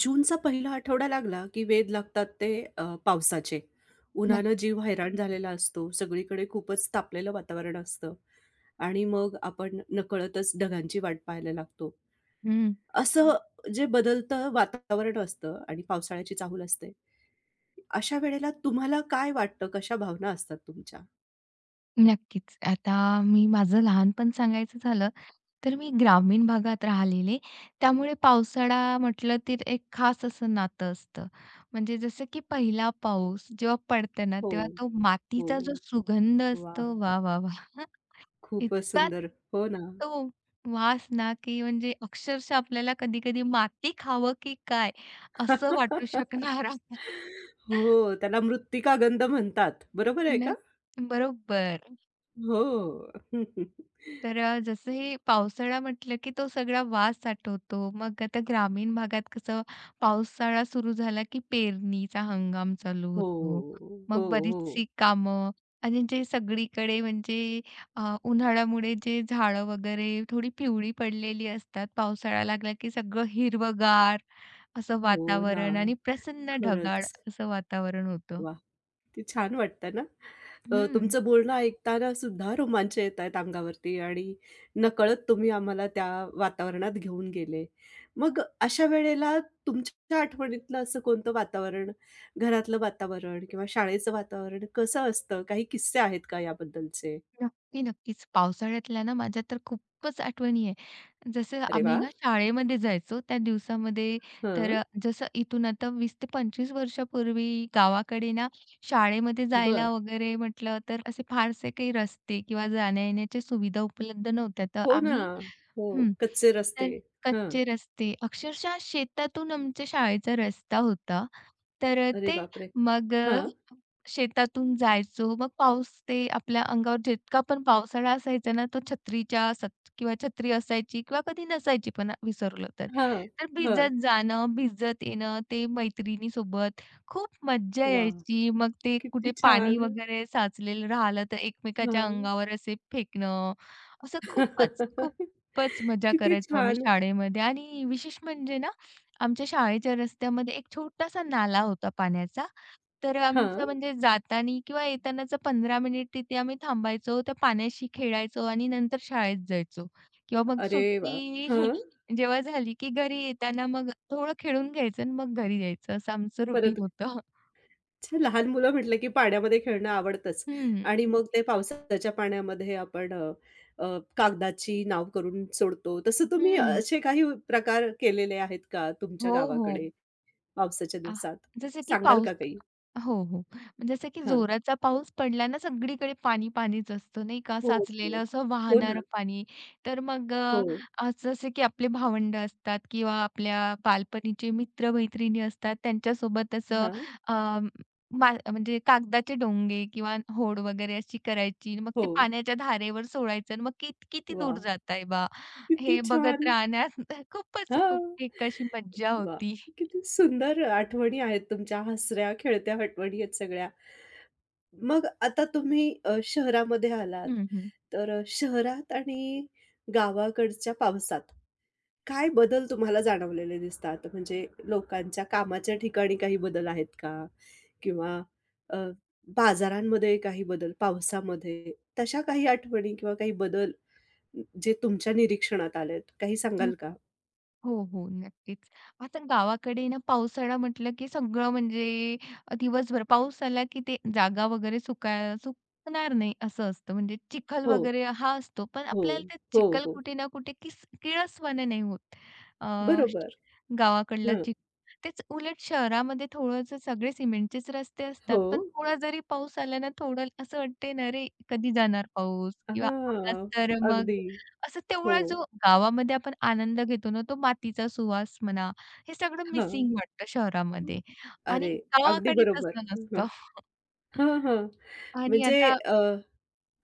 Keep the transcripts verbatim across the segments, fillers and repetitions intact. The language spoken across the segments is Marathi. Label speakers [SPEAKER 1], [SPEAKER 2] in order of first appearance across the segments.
[SPEAKER 1] जूनचा पहिला आठवडा लागला, की वेध लागतात ते अ, पावसाचे. उन्हानं
[SPEAKER 2] नक्की.
[SPEAKER 1] जीव हैराण झालेला असतो. सगळीकडे खूपच तापलेलं वातावरण असतं आणि मग आपण नकळतच ढगांची वाट पाहायला लागतो.
[SPEAKER 2] हं,
[SPEAKER 1] असं जे बदलतं वातावरण असतं आणि पावसाळ्याची चाहूल असते. अशा वेळेला तुम्हाला काय वाटतं? कशा भावना असतात तुमच्या?
[SPEAKER 2] नक्कीच. आता मी माझं लहानपण सांगायचं झालं, तर मी ग्रामीण भागात राहिलेले. त्यामुळे पावसाळा म्हटलं तर एक खास असं नातं असतं. म्हणजे जसं की पहिला पाऊस जेव्हा पडतो ना,
[SPEAKER 1] हो,
[SPEAKER 2] तेव्हा तो
[SPEAKER 1] हो.
[SPEAKER 2] मातीचा जो सुगंध
[SPEAKER 1] वाह!
[SPEAKER 2] असतो, वा, वा, वा,
[SPEAKER 1] खूपच
[SPEAKER 2] इतका
[SPEAKER 1] सुंदर. हो ना.
[SPEAKER 2] तो वास ना, की म्हणजे अक्षरशः आपल्याला कधी-कधी माती खावं की काय असं वाटू शकणार.
[SPEAKER 1] हो, त्याला मृत्तिका गंध म्हणतात. बरोबर आहे का?
[SPEAKER 2] न बरोबर.
[SPEAKER 1] हो.
[SPEAKER 2] तर अ, जसं हे पावसाळा म्हटलं की तो सगळा वास आठवतो. मग आता ग्रामीण भागात कसं पावसाळा सुरू झाला की पेरणीचा हंगाम चालू
[SPEAKER 1] हो,
[SPEAKER 2] होतो.
[SPEAKER 1] हो,
[SPEAKER 2] मग
[SPEAKER 1] हो.
[SPEAKER 2] बरीचशी कामं आणि जे सगळीकडे म्हणजे अ, उन्हाळ्यामुळे जे झाडं वगैरे थोडी पिवळी पडलेली असतात. पावसाळा लागला की सगळं हिरवंगार असं
[SPEAKER 1] हो ना,
[SPEAKER 2] वातावरण आणि प्रसन्न ढगाळ
[SPEAKER 1] खरंच.
[SPEAKER 2] असं वातावरण होतं.
[SPEAKER 1] वा, किती छान वाटतं ना. अ,
[SPEAKER 2] हं.
[SPEAKER 1] तुमचं बोलणं ऐकताना सुद्धा रोमांच येत आहेत अंगावरती आणि नकळत तुम्ही आम्हाला त्या वातावरणात घेऊन गेले. मग अशा वेळेला तुमच्या आठवणीतलं असं कोणतं वातावरण, घरातलं वातावरण किंवा शाळेचं वातावरण कसं असतं? काही किस्से आहेत का याबद्दलचे?
[SPEAKER 2] नक्की, नक्कीच. पावसाळ्यातल्या ना माझ्या तर खूपच आठवणी आहे. जसं
[SPEAKER 1] अरे
[SPEAKER 2] आम्ही
[SPEAKER 1] वाह!
[SPEAKER 2] ना शाळेमध्ये जायचो त्या दिवसामध्ये तर
[SPEAKER 1] हं,
[SPEAKER 2] अ, जसं इथून आता वीस ते पंचवीस वर्षापूर्वी गावाकडे ना शाळेमध्ये
[SPEAKER 1] बरं.
[SPEAKER 2] जायला वगैरे म्हटलं तर असे फारसे काही रस्ते किंवा जाण्या-येण्याच्या सुविधा उपलब्ध नव्हत्या. तर
[SPEAKER 1] हो ना.
[SPEAKER 2] आम्ही
[SPEAKER 1] हो,
[SPEAKER 2] हं.
[SPEAKER 1] कच्चे रस्ते.
[SPEAKER 2] तर
[SPEAKER 1] हं.
[SPEAKER 2] कच्चे रस्ते अक्षरशः शेतातून आमच्या शाळेचा रस्ता होता. तर अ,
[SPEAKER 1] अरे
[SPEAKER 2] ते
[SPEAKER 1] बापरे!
[SPEAKER 2] मग
[SPEAKER 1] हां,
[SPEAKER 2] शेतातून जायचो. मग पाऊस ते आपल्या अंगावर जितका पण पावसाळा असायचा ना, तो छत्रीच्या सत किंवा छत्री असायची किंवा कधी नसायची पण विसरलो तर.
[SPEAKER 1] हां,
[SPEAKER 2] तर
[SPEAKER 1] हां.
[SPEAKER 2] भिजत जाणं, भिजत येणं, ते मैत्रिणीसोबत खूप मज्जा
[SPEAKER 1] वाह!
[SPEAKER 2] यायची. मग ते
[SPEAKER 1] किती
[SPEAKER 2] कुठे पाणी
[SPEAKER 1] छान!
[SPEAKER 2] वगैरे साचलेलं राहिलं तर एकमेकाच्या
[SPEAKER 1] हां.
[SPEAKER 2] अंगावर असे फेकणं, असं खूपच, खूपच मजा
[SPEAKER 1] किती
[SPEAKER 2] करायचो आम्ही
[SPEAKER 1] छान!
[SPEAKER 2] शाळेमध्ये. आणि विशेष म्हणजे ना, आमच्या शाळेच्या रस्त्यामध्ये एक छोटासा नाला होता पाण्याचा. तर
[SPEAKER 1] हां.
[SPEAKER 2] आमचं म्हणजे जातानी किंवा येतानाचं पंधरा मिनिट तिथे आम्ही थांबायचो. त्या पाण्याशी खेळायचो आणि नंतर शाळेत जायचो किंवा मग
[SPEAKER 1] अरे वाह!
[SPEAKER 2] सुट्टी
[SPEAKER 1] हां.
[SPEAKER 2] जेव्हा झाली, की घरी येताना मग थोडं खेळून घ्यायचं आणि मग घरी यायचं. असं आमचं रुटीन
[SPEAKER 1] परत
[SPEAKER 2] होतं.
[SPEAKER 1] अच्छा लहान मुलं म्हटलं की पाण्यामध्ये खेळणं आवडतंच
[SPEAKER 2] हं.
[SPEAKER 1] आणि मग ते पावसाच्या पाण्यामध्ये आपण अ, अ, कागदाची नाव करून सोडतो. तसं तुम्ही
[SPEAKER 2] हं.
[SPEAKER 1] असे काही प्रकार केलेले आहेत का तुमच्या
[SPEAKER 2] हो, हो.
[SPEAKER 1] गावाकडे पावसाच्या
[SPEAKER 2] आह,
[SPEAKER 1] दिवसात?
[SPEAKER 2] जसं की
[SPEAKER 1] सांगाल
[SPEAKER 2] पाऊस
[SPEAKER 1] का काही?
[SPEAKER 2] हो, हो. जसं की
[SPEAKER 1] हां.
[SPEAKER 2] जोराचा पाऊस पडला ना, सगळीकडे पाणी पाणीच असतं नाही का,
[SPEAKER 1] हो, हो.
[SPEAKER 2] साचलेलं असं
[SPEAKER 1] हो ना.
[SPEAKER 2] वाहणारं पाणी. तर मग अ,
[SPEAKER 1] हो.
[SPEAKER 2] असं जसं की आपले भावंड असतात किंवा आपल्या बालपणीचे मित्र-मैत्रिणी असतात, त्यांच्यासोबत असं
[SPEAKER 1] हां.
[SPEAKER 2] अ, मा म्हणजे कागदाचे डोंगे किंवा होड वगैरे अशी करायची. मग ते
[SPEAKER 1] हो.
[SPEAKER 2] पाण्याच्या धारेवर सोडायचं आणि मग कित किती दूर
[SPEAKER 1] वाह!
[SPEAKER 2] जात आहे बा,
[SPEAKER 1] किती
[SPEAKER 2] हे बघत
[SPEAKER 1] छान!
[SPEAKER 2] राहण्यात खूपच खूप
[SPEAKER 1] हां.
[SPEAKER 2] एक अशी मज्जा
[SPEAKER 1] वाह!
[SPEAKER 2] होती.
[SPEAKER 1] किती सुंदर आठवणी आहेत तुमच्या हसऱ्या, खेळत्या आठवणी आहेत सगळ्या. मग आता तुम्ही अ, शहरामध्ये आलात,
[SPEAKER 2] हं, हं.
[SPEAKER 1] तर अ, शहरात आणि गावाकडच्या पावसात काय बदल तुम्हाला जाणवलेले दिसतात? म्हणजे लोकांच्या कामाच्या ठिकाणी काही बदल आहेत का? किंवा अ, बाजारांमध्ये काही बदल पावसामध्ये? तशा काही आठवणी किंवा काही बदल जे तुमच्या निरीक्षणात आलेत, काही सांगाल का?
[SPEAKER 2] हो, हो. नक्कीच. आता गावाकडे ना पावसाळा म्हटलं की सगळं म्हणजे अ, दिवसभर पाऊस आला की ते जागा वगैरे सुकाय सुकणार नाही असं असतं. म्हणजे चिखल
[SPEAKER 1] हो.
[SPEAKER 2] वगैरे हा असतो. पण
[SPEAKER 1] हो,
[SPEAKER 2] आपल्याला ते
[SPEAKER 1] हो,
[SPEAKER 2] चिखल
[SPEAKER 1] हो.
[SPEAKER 2] कुठे ना कुठे किस किळसवाणं नाही होत. अ,
[SPEAKER 1] बरोबर.
[SPEAKER 2] गावाकडलं
[SPEAKER 1] हं,
[SPEAKER 2] चिख तेच उलट शहरामध्ये थोडंसं सगळे सिमेंटचेच रस्ते असतात.
[SPEAKER 1] हो.
[SPEAKER 2] पण थोडा जरी पाऊस आला ना, थोडं असं वाटते ना, "अरे, कधी जाणार पाऊस?" किंवा आलाच
[SPEAKER 1] हां,
[SPEAKER 2] तर मग
[SPEAKER 1] अगदी.
[SPEAKER 2] असं
[SPEAKER 1] हो,
[SPEAKER 2] तेवढा जो गावामध्ये आपण आनंद घेतो ना, तो मातीचा सुवास म्हणा, हे सगळं
[SPEAKER 1] हां.
[SPEAKER 2] मिसिंग वाटतं शहरामध्ये
[SPEAKER 1] अरे,
[SPEAKER 2] आणि
[SPEAKER 1] अगदी
[SPEAKER 2] गावाकडे
[SPEAKER 1] बरोबर.
[SPEAKER 2] तसं
[SPEAKER 1] हं,
[SPEAKER 2] नसतं.
[SPEAKER 1] हां, हां.
[SPEAKER 2] आणि
[SPEAKER 1] म्हणजे
[SPEAKER 2] आता
[SPEAKER 1] अ,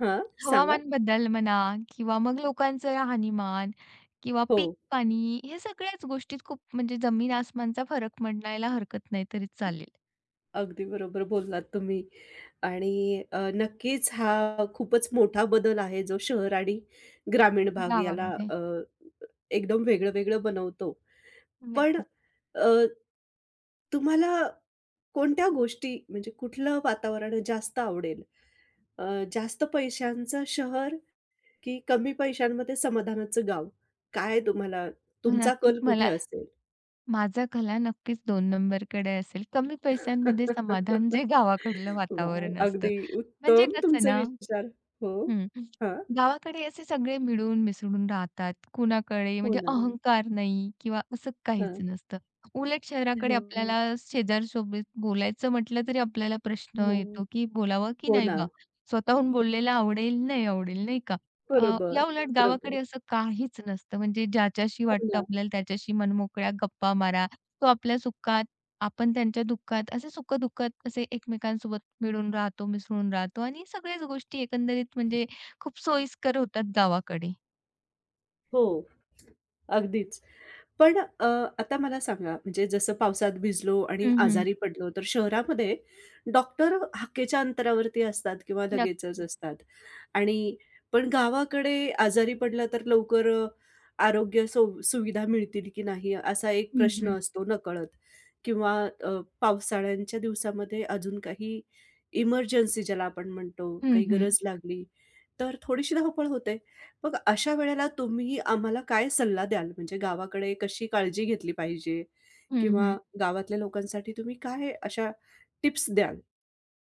[SPEAKER 1] हां, सांगा.
[SPEAKER 2] हवामान बदल म्हणा किंवा मग लोकांचं राहणीमान किंवा
[SPEAKER 1] हो,
[SPEAKER 2] पीक पाणी ह्या सगळ्याच गोष्टीत खूप म्हणजे जमीन आसमानचा फरक म्हणायला हरकत नाही तरी चालेल
[SPEAKER 1] अगदी बरोबर बोललात तुम्ही आणि अ, नक्कीच हा खूपच मोठा बदल आहे जो शहर आणि ग्रामीण भाग याला
[SPEAKER 2] गावामध्ये.
[SPEAKER 1] अ, एकदम वेगळं-वेगळं बनवतो. पण
[SPEAKER 2] नक्कीच.
[SPEAKER 1] अ, तुम्हाला कोणत्या गोष्टी म्हणजे कुठलं वातावरण जास्त आवडेल? अ, जास्त पैशांचं शहर की कमी पैशांमध्ये समाधानाचं गाव? काय तुम्हाला तुमचा
[SPEAKER 2] नक्कीच
[SPEAKER 1] कल कुठे
[SPEAKER 2] मला
[SPEAKER 1] असेल?
[SPEAKER 2] माझा कला नक्कीच दोन नंबरकडे असेल. कमी पैशांमध्ये समाधान जे गावाकडलं
[SPEAKER 1] वाह!
[SPEAKER 2] वातावरण असतं.
[SPEAKER 1] अगदी
[SPEAKER 2] म्हणजे
[SPEAKER 1] उत्तम
[SPEAKER 2] कसं
[SPEAKER 1] तुमचे
[SPEAKER 2] ना
[SPEAKER 1] विचार. हो.
[SPEAKER 2] हं.
[SPEAKER 1] हां.
[SPEAKER 2] गावाकडे असे सगळे मिळून मिसळून राहतात. कुणाकडे
[SPEAKER 1] हो
[SPEAKER 2] म्हणजे
[SPEAKER 1] ना.
[SPEAKER 2] अहंकार नाही किंवा असं
[SPEAKER 1] हां.
[SPEAKER 2] काहीच नसतं. उलट शहराकडे
[SPEAKER 1] हो,
[SPEAKER 2] आपल्याला शेजारसोबत बोलायचं म्हटलं तरी आपल्याला प्रश्न
[SPEAKER 1] हां.
[SPEAKER 2] येतो, की बोलावं की
[SPEAKER 1] हो
[SPEAKER 2] नाही
[SPEAKER 1] ना.
[SPEAKER 2] बा? स्वतःहून
[SPEAKER 1] हो,
[SPEAKER 2] बोललेलं आवडेल, नाही आवडेल, नाही का? अ,
[SPEAKER 1] बरोबर,
[SPEAKER 2] याउलट
[SPEAKER 1] बरोबर.
[SPEAKER 2] गावाकडे असं काहीच नसतं. म्हणजे ज्याच्याशी
[SPEAKER 1] हो
[SPEAKER 2] वाटतं
[SPEAKER 1] ना.
[SPEAKER 2] आपल्याला त्याच्याशी मनमोकळ्या गप्पा मारा. तो आपल्या सुखात आपण त्यांच्या दुःखात, असे सुख-दुःखात असे एकमेकांसोबत मिळून राहतो, मिसळून राहतो आणि सगळ्याच गोष्टी एकंदरीत म्हणजे खूप सोयीस्कर होतात गावाकडे.
[SPEAKER 1] हो, अगदीच. पण अ, आता मला सांगा म्हणजे जसं पावसात भिजलो आणि
[SPEAKER 2] हं, हं.
[SPEAKER 1] आजारी पडलो, तर शहरामध्ये डॉक्टर हाकेच्या अंतरावरती असतात किंवा
[SPEAKER 2] नक्क
[SPEAKER 1] लगेचच असतात. आणि पण गावाकडे आजारी पडला तर लवकर अ, आरोग्य सु सुविधा मिळतील की नाही असा एक
[SPEAKER 2] हं,
[SPEAKER 1] प्रश्न
[SPEAKER 2] हं.
[SPEAKER 1] असतो नकळत किंवा अ, पावसाळ्यांच्या दिवसामध्ये अजून काही इमर्जन्सी ज्याला आपण म्हणतो,
[SPEAKER 2] हं,
[SPEAKER 1] काही
[SPEAKER 2] हं.
[SPEAKER 1] गरज लागली, तर थोडीशी धावपळ होते. मग अशा वेळेला तुम्ही आम्हाला काय सल्ला द्याल? म्हणजे गावाकडे कशी काळजी घेतली पाहिजे
[SPEAKER 2] हं,
[SPEAKER 1] किंवा गावातल्या लोकांसाठी तुम्ही काय अशा टिप्स द्याल?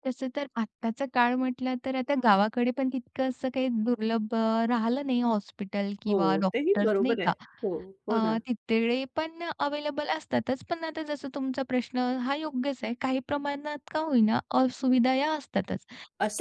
[SPEAKER 2] तसं तर आत्ताचा काळ म्हटला तर आता गावाकडे पण तितकं असं काही दुर्लभ अ, राहिलं नाही हॉस्पिटल
[SPEAKER 1] हो,
[SPEAKER 2] किंवा
[SPEAKER 1] तेही
[SPEAKER 2] डॉक्टर्स नाही
[SPEAKER 1] बरोबर आहे.
[SPEAKER 2] का?
[SPEAKER 1] हो,
[SPEAKER 2] अ,
[SPEAKER 1] हो ना.
[SPEAKER 2] तिकडे पण अवेलेबल असतातच. पण आता जसं तुमचा प्रश्न हा योग्यच आहे. काही प्रमाणात का होईना असुविधा या असतातच.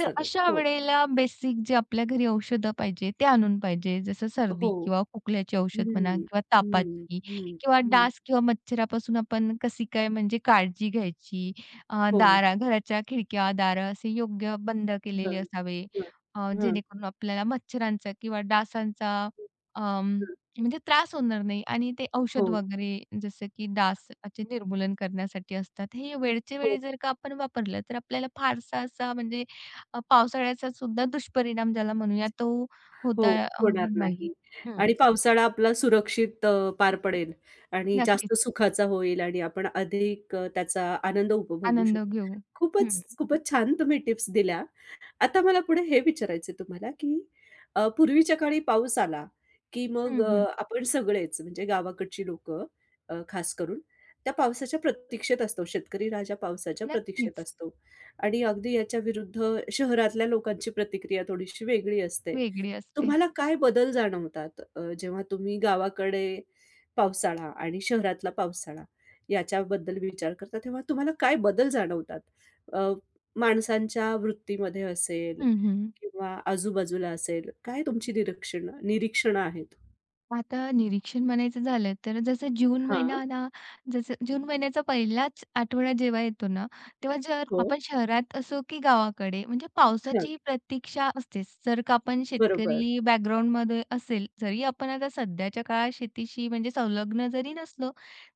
[SPEAKER 2] तर अशा
[SPEAKER 1] हो.
[SPEAKER 2] वेळेला बेसिक जे आपल्या घरी औषधं पाहिजे ते आणून पाहिजे. जसं
[SPEAKER 1] हो.
[SPEAKER 2] सर्दी किंवा खोकल्याची औषध म्हणा
[SPEAKER 1] हं,
[SPEAKER 2] किंवा
[SPEAKER 1] हं,
[SPEAKER 2] तापाची
[SPEAKER 1] हं,
[SPEAKER 2] किंवा
[SPEAKER 1] हं.
[SPEAKER 2] डास किंवा मच्छरापासून आपण कशी काय म्हणजे काळजी घ्यायची अ,
[SPEAKER 1] हो.
[SPEAKER 2] दारा घराच्या खिडक्या, दारं असे योग्य बंद केलेले
[SPEAKER 1] हं,
[SPEAKER 2] असावे.
[SPEAKER 1] हं,
[SPEAKER 2] अ,
[SPEAKER 1] हं,
[SPEAKER 2] जेणेकरून आपल्याला मच्छरांचा किंवा डासांचा अं,
[SPEAKER 1] हं.
[SPEAKER 2] म्हणजे त्रास होणार नाही आणि ते
[SPEAKER 1] हो,
[SPEAKER 2] औषध वगैरे जसं की डासाचे निर्मूलन करण्यासाठी असतात. हे वेळच्या
[SPEAKER 1] हो,
[SPEAKER 2] वेळी जर का आपण वापरलं तर आपल्याला फारसा असा म्हणजे अ, पावसाळ्याचा सुद्धा दुष्परिणाम ज्याला म्हणूया तो
[SPEAKER 1] हो.
[SPEAKER 2] होता अ,
[SPEAKER 1] होणार
[SPEAKER 2] नाही.
[SPEAKER 1] नाही
[SPEAKER 2] हं.
[SPEAKER 1] आणि पावसाळा आपला सुरक्षित अ, पार पडेल आणि जास्त
[SPEAKER 2] नक्कीच.
[SPEAKER 1] सुखाचा होईल आणि आपण अधिक अ, त्याचा आनंद उपभोगू शकू.
[SPEAKER 2] आनंद घेऊ.
[SPEAKER 1] खूपच,
[SPEAKER 2] हं.
[SPEAKER 1] खूपच छान तुम्ही टिप्स दिल्या. आता मला पुढे हे विचारायचं आहे तुम्हाला, की अ, पूर्वीच्या काळी पाऊस आला, की मग
[SPEAKER 2] हं,
[SPEAKER 1] अ,
[SPEAKER 2] हं.
[SPEAKER 1] हं. आपण सगळेच म्हणजे गावाकडची लोकं खास करून त्या पावसाच्या प्रतीक्षेत असतो. शेतकरी राजा पावसाच्या प्रतीक्षेत
[SPEAKER 2] नक्कीच.
[SPEAKER 1] असतो आणि अगदी याच्या विरुद्ध शहरातल्या लोकांची प्रतिक्रिया थोडीशी वेगळी असते.
[SPEAKER 2] वेगळी असते.
[SPEAKER 1] तुम्हाला काय बदल जाणवतात अ, जेव्हा तुम्ही गावाकडे पावसाळा आणि शहरातला पावसाळा याच्याबद्दल विचार करता तेव्हा तुम्हाला काय बदल जाणवतात? अ, माणसांच्या वृत्तीमध्ये असेल
[SPEAKER 2] हं, हं.
[SPEAKER 1] किंवा आजूबाजूला असेल, काय तुमची निरीक्षण निरीक्षणं आहेत?
[SPEAKER 2] आता निरीक्षण म्हणायचं झालं तर जसं जून
[SPEAKER 1] हां.
[SPEAKER 2] महिना ना, जसं जून महिन्याचा पहिलाच आठवडा जेव्हा येतो ना, तेव्हा जर
[SPEAKER 1] हो.
[SPEAKER 2] आपण शहरात असो की गावाकडे म्हणजे
[SPEAKER 1] हां.
[SPEAKER 2] पावसाची प्रतीक्षा असतेच. जर का आपण
[SPEAKER 1] बरोबर.
[SPEAKER 2] शेतकरी बॅकग्राऊंडमध्ये असेल, जरी आपण आता सध्याच्या काळात शेतीशी म्हणजे संलग्न जरी नसलो,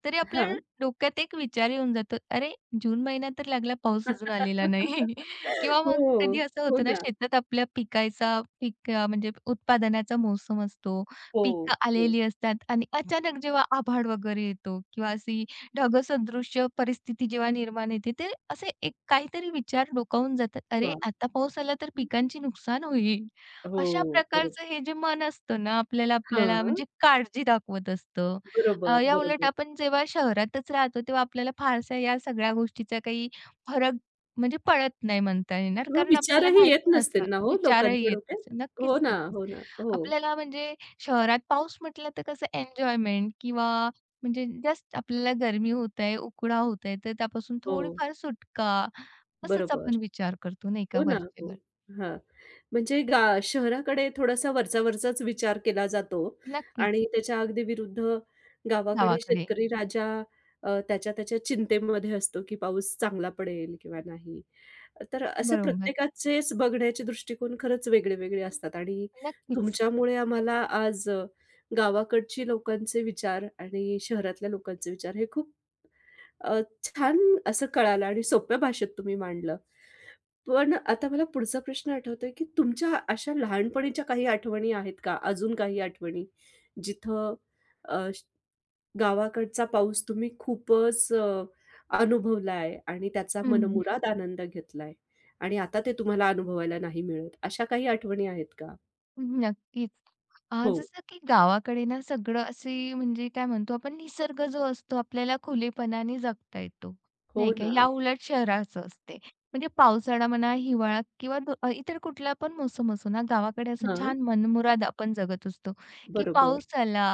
[SPEAKER 2] तरी आपल्या
[SPEAKER 1] हां.
[SPEAKER 2] डोक्यात एक विचार येऊन जातो, "अरे, जून महिना तर लागला, पाऊस अजून आलेला नाही." किंवा मग
[SPEAKER 1] हो,
[SPEAKER 2] कधी असं
[SPEAKER 1] हो
[SPEAKER 2] होतं ना,
[SPEAKER 1] ना.
[SPEAKER 2] शेतात आपल्या पिकायचा पीक म्हणजे उत्पादनाचा मोसम असतो.
[SPEAKER 1] हो,
[SPEAKER 2] पिकं
[SPEAKER 1] हो.
[SPEAKER 2] आलेली असतात आणि अचानक जेव्हा आभाळ वगैरे येतो किंवा अशी ढगसदृश्य परिस्थिती जेव्हा निर्माण येते, ते असे एक काहीतरी विचार डोकावून जातात. "अरे,
[SPEAKER 1] वाह!
[SPEAKER 2] आता पाऊस आला तर पिकांचे नुकसान होईल."
[SPEAKER 1] हो,
[SPEAKER 2] अशा प्रकारचं
[SPEAKER 1] बरोबर.
[SPEAKER 2] हे जे मन असतं ना, आपल्याला आपल्याला
[SPEAKER 1] हां.
[SPEAKER 2] म्हणजे काळजी दाखवत असतं. अ,
[SPEAKER 1] बरोबर,
[SPEAKER 2] याउलट
[SPEAKER 1] बरोबर.
[SPEAKER 2] आपण जेव्हा शहरातच राहतो, तेव्हा आपल्याला फारसा या सगळ्या गोष्टीचा काही फरक म्हणजे पडत नाही म्हणता येणार,
[SPEAKER 1] किंवा
[SPEAKER 2] कारण आपल्याला
[SPEAKER 1] विचारही येत
[SPEAKER 2] माहिती नसतं,
[SPEAKER 1] नसतील ना हो
[SPEAKER 2] विचारही
[SPEAKER 1] लोकांच्या
[SPEAKER 2] येत
[SPEAKER 1] डोक्यात?
[SPEAKER 2] नसेल.
[SPEAKER 1] हो
[SPEAKER 2] नक्कीच,
[SPEAKER 1] ना,
[SPEAKER 2] नक्कीच.
[SPEAKER 1] हो ना. हो,
[SPEAKER 2] आपल्याला म्हणजे शहरात पाऊस म्हटलं तर कसं एन्जॉयमेंट किंवा म्हणजे जस्ट आपल्याला गरमी होत आहे, उकडा होत आहे, तर त्यापासून
[SPEAKER 1] हो.
[SPEAKER 2] थोडीफार सुटका, असंच
[SPEAKER 1] बरोबर.
[SPEAKER 2] आपण विचार करतो नाही का
[SPEAKER 1] हो ना, हो.
[SPEAKER 2] वरचेवर.
[SPEAKER 1] हां. म्हणजे गा शहराकडे थोडासा वरचा-वरचाच विचार केला जातो
[SPEAKER 2] नक्कीच,
[SPEAKER 1] आणि त्याच्या अगदी विरुद्ध गावाकडे
[SPEAKER 2] गावाकडे.
[SPEAKER 1] शेतकरी राजा अ, त्याच्या त्याच्या चिंतेमध्ये असतो, की पाऊस चांगला पडेल किंवा नाही. तर असे
[SPEAKER 2] बरोबर.
[SPEAKER 1] प्रत्येकाचेच बघण्याचे दृष्टिकोन खरंच वेगळे-वेगळे असतात आणि
[SPEAKER 2] नक्कीच.
[SPEAKER 1] तुमच्यामुळे आम्हाला आज अ, गावाकडची लोकांचे विचार आणि शहरातल्या लोकांचे विचार हे खूप अ, छान असं कळालं आणि सोप्या भाषेत तुम्ही मांडलं. पण आता मला पुढचा प्रश्न आठवतोय, की तुमच्या अशा लहानपणीच्या काही आठवणी आहेत का? अजून काही आठवणी? जिथं अ, श- गावाकडचा पाऊस तुम्ही खूपच अ, अनुभवलाय आणि त्याचा
[SPEAKER 2] हं, हं.
[SPEAKER 1] मनमुराद आनंद घेतलाय आणि आता ते तुम्हाला अनुभवायला नाही मिळत. अशा काही आठवणी आहेत का?
[SPEAKER 2] नक्कीच. अ,
[SPEAKER 1] हो.
[SPEAKER 2] जसं की गावाकडे ना सगळं असे म्हणजे काय म्हणतो आपण निसर्ग जो असतो आपल्याला खुलेपणाने जगता येतो,
[SPEAKER 1] हो
[SPEAKER 2] नाही का?
[SPEAKER 1] ना.
[SPEAKER 2] या उलट शहराचं असते. म्हणजे पावसाळा म्हणा, हिवाळा किंवा दु अ, इतर कुठला पण मोसम असो ना, गावाकडे असं
[SPEAKER 1] हां.
[SPEAKER 2] छान मनमुराद आपण जगत असतो, की
[SPEAKER 1] बरोबर.
[SPEAKER 2] पाऊस आला,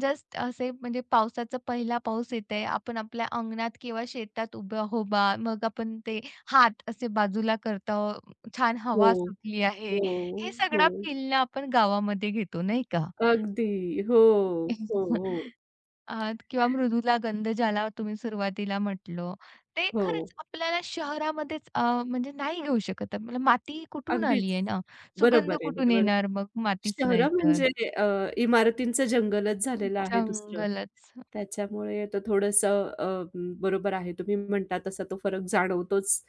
[SPEAKER 2] जस्ट असे म्हणजे पावसाचा पहिला पाऊस येत आहे. आपण आपल्या अंगणात किंवा शेतात उभा उभा मग आपण ते हात असे बाजूला करतो छान
[SPEAKER 1] हो,
[SPEAKER 2] हवा सुटली आहे.
[SPEAKER 1] हो,
[SPEAKER 2] हे सगळा
[SPEAKER 1] हो.
[SPEAKER 2] फील आपण गावामध्ये घेतो नाही का?
[SPEAKER 1] अगदी. हो, हो, हो.
[SPEAKER 2] अ, किंवा मृदूला गंध ज्याला तुम्ही सुरुवातीला म्हटलं, ते
[SPEAKER 1] हो.
[SPEAKER 2] खरंच आपल्याला शहरामध्येच अ, म्हणजे नाही घेऊ शकत. आपल्याला माती कुठून
[SPEAKER 1] अगदीच.
[SPEAKER 2] आली आहे ना?
[SPEAKER 1] बरोबर
[SPEAKER 2] सुगंध
[SPEAKER 1] आहे,
[SPEAKER 2] कुठून
[SPEAKER 1] बरोबर.
[SPEAKER 2] येणार मग मातीच नाही
[SPEAKER 1] शहरं
[SPEAKER 2] तर.
[SPEAKER 1] म्हणजे अ, इमारतींचं जंगलच
[SPEAKER 2] हं,
[SPEAKER 1] झालेलं आहे दुसरं.
[SPEAKER 2] जंगलच.
[SPEAKER 1] त्याच्यामुळे तर थोडंसं अ, बरोबर आहे. तुम्ही म्हणता तसा तो फरक जाणवतोच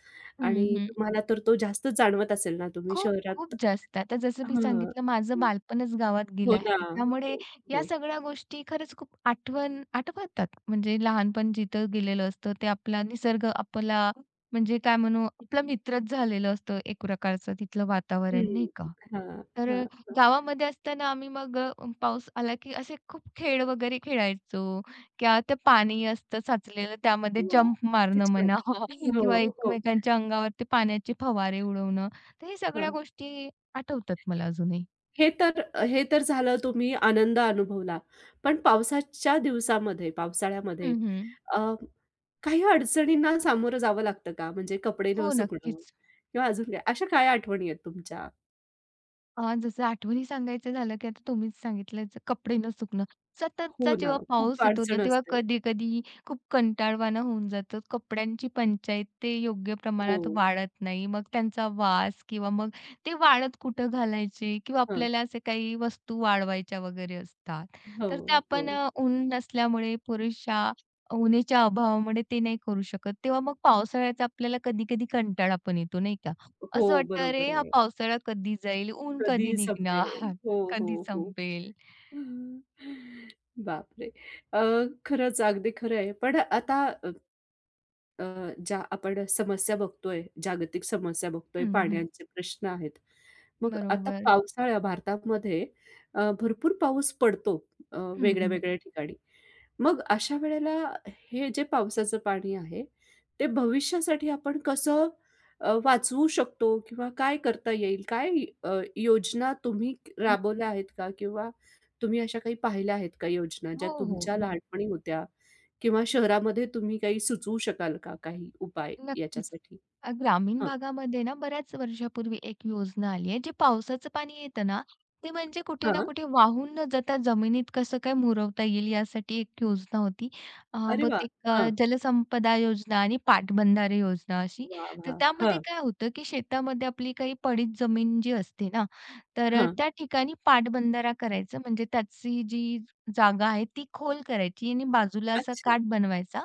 [SPEAKER 1] आणि
[SPEAKER 2] हं,
[SPEAKER 1] तुम्हाला तर तो जास्तच जाणवत असेल ना, तुम्ही
[SPEAKER 2] खूप-खूप
[SPEAKER 1] शहरात.
[SPEAKER 2] जास्त. आता जसं मी
[SPEAKER 1] हां.
[SPEAKER 2] सांगितलं माझं बालपणच गावात
[SPEAKER 1] हो
[SPEAKER 2] गेलं
[SPEAKER 1] ना.
[SPEAKER 2] आहे. त्यामुळे
[SPEAKER 1] हो,
[SPEAKER 2] या
[SPEAKER 1] हो.
[SPEAKER 2] सगळ्या गोष्टी खरंच खूप आठवण आठवतात. म्हणजे लहानपण जिथं गेलेलं असतं ते आपला निसर्ग आपला म्हणजे काय म्हणू आपला मित्रच झालेलं असतं एक प्रकारचं तिथलं वातावरण नाही
[SPEAKER 1] हं.
[SPEAKER 2] का?
[SPEAKER 1] हां,
[SPEAKER 2] तर
[SPEAKER 1] हां, हां.
[SPEAKER 2] गावामध्ये असताना आम्ही मग अ, पाऊस आला की असे खूप खेळ वगैरे खेळायचो किंवा ते पाणी असतं साचलेलं त्यामध्ये
[SPEAKER 1] वाह!
[SPEAKER 2] जंप
[SPEAKER 1] किती
[SPEAKER 2] मारणं
[SPEAKER 1] छान.
[SPEAKER 2] म्हणा किंवा
[SPEAKER 1] हो, हो.
[SPEAKER 2] एकमेकांच्या अंगावर ते पाण्याचे फवारे उडवणं तर हे सगळ्या
[SPEAKER 1] हां.
[SPEAKER 2] गोष्टी आठवतात मला अजूनही.
[SPEAKER 1] हे तर हे तर झालं तुम्ही आनंद अनुभवला. पण पावसाच्या दिवसामध्ये, पावसाळ्यामध्ये
[SPEAKER 2] हं, हं.
[SPEAKER 1] अ काही अडचणींना सामोरं जावं लागतं का? म्हणजे कपडे न
[SPEAKER 2] हो,
[SPEAKER 1] सुकणं
[SPEAKER 2] नक्कीच.
[SPEAKER 1] किंवा अजून काय? अशा काय आठवणी आहेत तुमच्या?
[SPEAKER 2] अ, जसं आठवणी सांगायचं झालं, की आता तुम्हीच सांगितलंच कपडे न सुकणं. सततचा
[SPEAKER 1] हो ना,
[SPEAKER 2] जेव्हा
[SPEAKER 1] खूप
[SPEAKER 2] पाऊस येतो ना,
[SPEAKER 1] अडचण
[SPEAKER 2] तेव्हा
[SPEAKER 1] असते.
[SPEAKER 2] कधी-कधी खूप कंटाळवाणं होऊन जातं. कपड्यांची पंचायत ते योग्य
[SPEAKER 1] हो.
[SPEAKER 2] प्रमाणात वाळत नाही. मग त्यांचा वास किंवा मग ते वाळत कुठं घालायचे किंवा
[SPEAKER 1] हं.
[SPEAKER 2] आपल्याला असे काही वस्तू वाळवायच्या वगैरे असतात.
[SPEAKER 1] हो,
[SPEAKER 2] तर ते
[SPEAKER 1] हो.
[SPEAKER 2] आपण अ, ऊन नसल्यामुळे पुरेशा उन्हाच्या अभावामुळे ते नाही करू शकत. तेव्हा मग पावसाळ्याचा आपल्याला कधी-कधी कंटाळा पण येतो नाही का?
[SPEAKER 1] हो,
[SPEAKER 2] असं वाटतं,
[SPEAKER 1] बरोबर
[SPEAKER 2] "अरे, हा
[SPEAKER 1] आहे.
[SPEAKER 2] पावसाळा कधी जाईल? ऊन कधी
[SPEAKER 1] कधी संपेल?
[SPEAKER 2] निघणार?
[SPEAKER 1] हो, हो,
[SPEAKER 2] कधी
[SPEAKER 1] हो.
[SPEAKER 2] संपेल?"
[SPEAKER 1] हं. बापरे! अ, खरंच अगदी खरं आहे. पण आता अ, अ, ज्या आपण समस्या बघतोय, जागतिक समस्या बघतोय,
[SPEAKER 2] हं, हं.
[SPEAKER 1] पाण्याचे प्रश्न आहेत. मग आता
[SPEAKER 2] बरोबर.
[SPEAKER 1] पावसाळा भारतामध्ये अ, भरपूर पाऊस पडतो अ,
[SPEAKER 2] हं, हं.
[SPEAKER 1] वेगळ्या-वेगळ्या ठिकाणी. मग अशा वेळेला हे जे पावसाचं पाणी आहे, ते भविष्यासाठी आपण कसं अ, वाचवू शकतो किंवा काय करता येईल? काय अ, योजना तुम्ही राबवल्या आहेत का? किंवा तुम्ही अशा काही पाहिल्या आहेत का योजना,
[SPEAKER 2] हो,
[SPEAKER 1] ज्या
[SPEAKER 2] हो.
[SPEAKER 1] तुमच्या लहानपणी होत्या किंवा शहरामध्ये तुम्ही काही सुचवू शकाल का काही उपाय
[SPEAKER 2] नक्कीच.
[SPEAKER 1] याच्यासाठी?
[SPEAKER 2] अ, ग्रामीण
[SPEAKER 1] हां,
[SPEAKER 2] भागामध्ये ना बऱ्याच वर्षापूर्वी एक योजना आली आहे, जे पावसाचं पाणी येतं ना, ते म्हणजे कुठे ना
[SPEAKER 1] हां.
[SPEAKER 2] कुठे वाहून न जाता जमिनीत कसं काय मुरवता येईल यासाठी एक योजना होती. अ,
[SPEAKER 1] अरे वाह!
[SPEAKER 2] बहुतेक अ,
[SPEAKER 1] हां.
[SPEAKER 2] जलसंपदा योजना आणि पाटबंधारे योजना अशी.
[SPEAKER 1] वाह!
[SPEAKER 2] तर
[SPEAKER 1] वाह!
[SPEAKER 2] त्यामध्ये
[SPEAKER 1] हां,
[SPEAKER 2] काय होतं, की शेतामध्ये आपली काही पडीत जमीन जी असते ना, तर अ,
[SPEAKER 1] हां.
[SPEAKER 2] त्या ठिकाणी पाटबंधारा करायचा म्हणजे त्याची जी जागा आहे ती खोल करायची आणि बाजूला असा
[SPEAKER 1] अच्छा.
[SPEAKER 2] काठ बनवायचा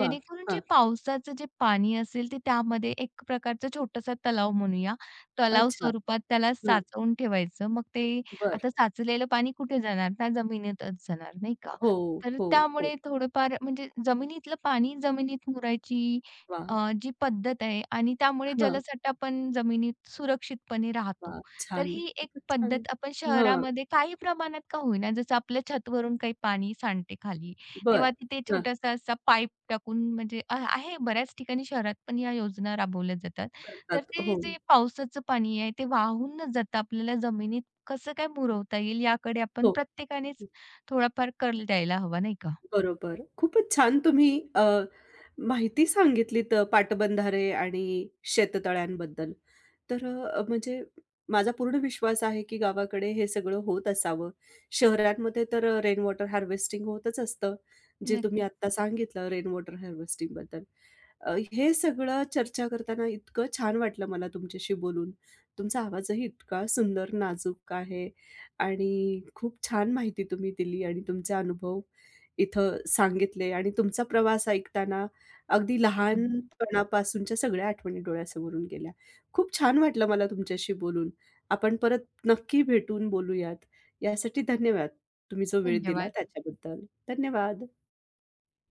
[SPEAKER 1] वाह!
[SPEAKER 2] जे
[SPEAKER 1] हां.
[SPEAKER 2] पावसाचं जे पाणी असेल ते त्यामध्ये एक प्रकारचा छोटासा तलाव म्हणूया, तलाव
[SPEAKER 1] अच्छा.
[SPEAKER 2] स्वरूपात त्याला
[SPEAKER 1] हां.
[SPEAKER 2] साचवून ठेवायचं. मग ते
[SPEAKER 1] बरं.
[SPEAKER 2] आता साचलेलं पाणी कुठे जाणार? त्या जमिनीतच जाणार, नाही का?
[SPEAKER 1] हो,
[SPEAKER 2] तर
[SPEAKER 1] हो, हो.
[SPEAKER 2] त्यामुळे थोडंफार म्हणजे जमिनीतलं पाणी जमिनीत मुरायची
[SPEAKER 1] वाह!
[SPEAKER 2] अ, जी पद्धत आहे आणि त्यामुळे
[SPEAKER 1] हां.
[SPEAKER 2] जलसाठा पण जमिनीत सुरक्षितपणे राहतो.
[SPEAKER 1] वाह!
[SPEAKER 2] तर
[SPEAKER 1] छान.
[SPEAKER 2] ही एक
[SPEAKER 1] खूपच छान.
[SPEAKER 2] पद्धत आपण
[SPEAKER 1] हां.
[SPEAKER 2] शहरामध्ये काही प्रमाणात का होईना, जसं आपल्या छतवरून काही पाणी सांडते खाली
[SPEAKER 1] बरं.
[SPEAKER 2] तेव्हा तिथे
[SPEAKER 1] हां.
[SPEAKER 2] छोटासा असा पाईप टाकून म्हणजे अ, आहे बऱ्याच ठिकाणी शहरात पण या योजना राबवल्या जातात. तर
[SPEAKER 1] करतात.
[SPEAKER 2] ते
[SPEAKER 1] हो,
[SPEAKER 2] जे पावसाचं पाणी आहे ते वाहून न जाता आपल्याला जमिनीत कसं काय मुरवता येईल याकडे आपण
[SPEAKER 1] हो.
[SPEAKER 2] प्रत्येकानेच थोडाफार कल द्यायला हवा, नाही का?
[SPEAKER 1] बरोबर. खूपच छान तुम्ही अ, माहिती सांगितलीत अ, पाटबंधारे आणि शेततळ्यांबद्दल. तर अ, म्हणजे माझा पूर्ण विश्वास आहे, की गावाकडे हे सगळं होत असावं. शहरांमध्ये तर अ, रेन वॉटर हार्वेस्टिंग होतच असतं, जे तुम्ही
[SPEAKER 2] नक्कीच.
[SPEAKER 1] आत्ता सांगितलं रेन वॉटर हार्वेस्टिंगबद्दल. अ, हे सगळं चर्चा करताना इतकं छान वाटलं मला तुमच्याशी बोलून. तुमचा आवाजही इतका सुंदर, नाजूक आहे आणि खूप छान माहिती तुम्ही दिली आणि तुमचे अनुभव इथं सांगितले आणि तुमचा प्रवास ऐकताना अगदी
[SPEAKER 2] हं,
[SPEAKER 1] लहानपणापासूनच्या सगळ्या आठवणी डोळ्यासमोरून गेल्या. खूप छान वाटलं मला तुमच्याशी बोलून. आपण परत नक्की भेटून बोलूयात. यासाठी धन्यवाद. तुम्ही जो वेळ दिला
[SPEAKER 2] धन्यवाद.
[SPEAKER 1] त्याच्याबद्दल. धन्यवाद.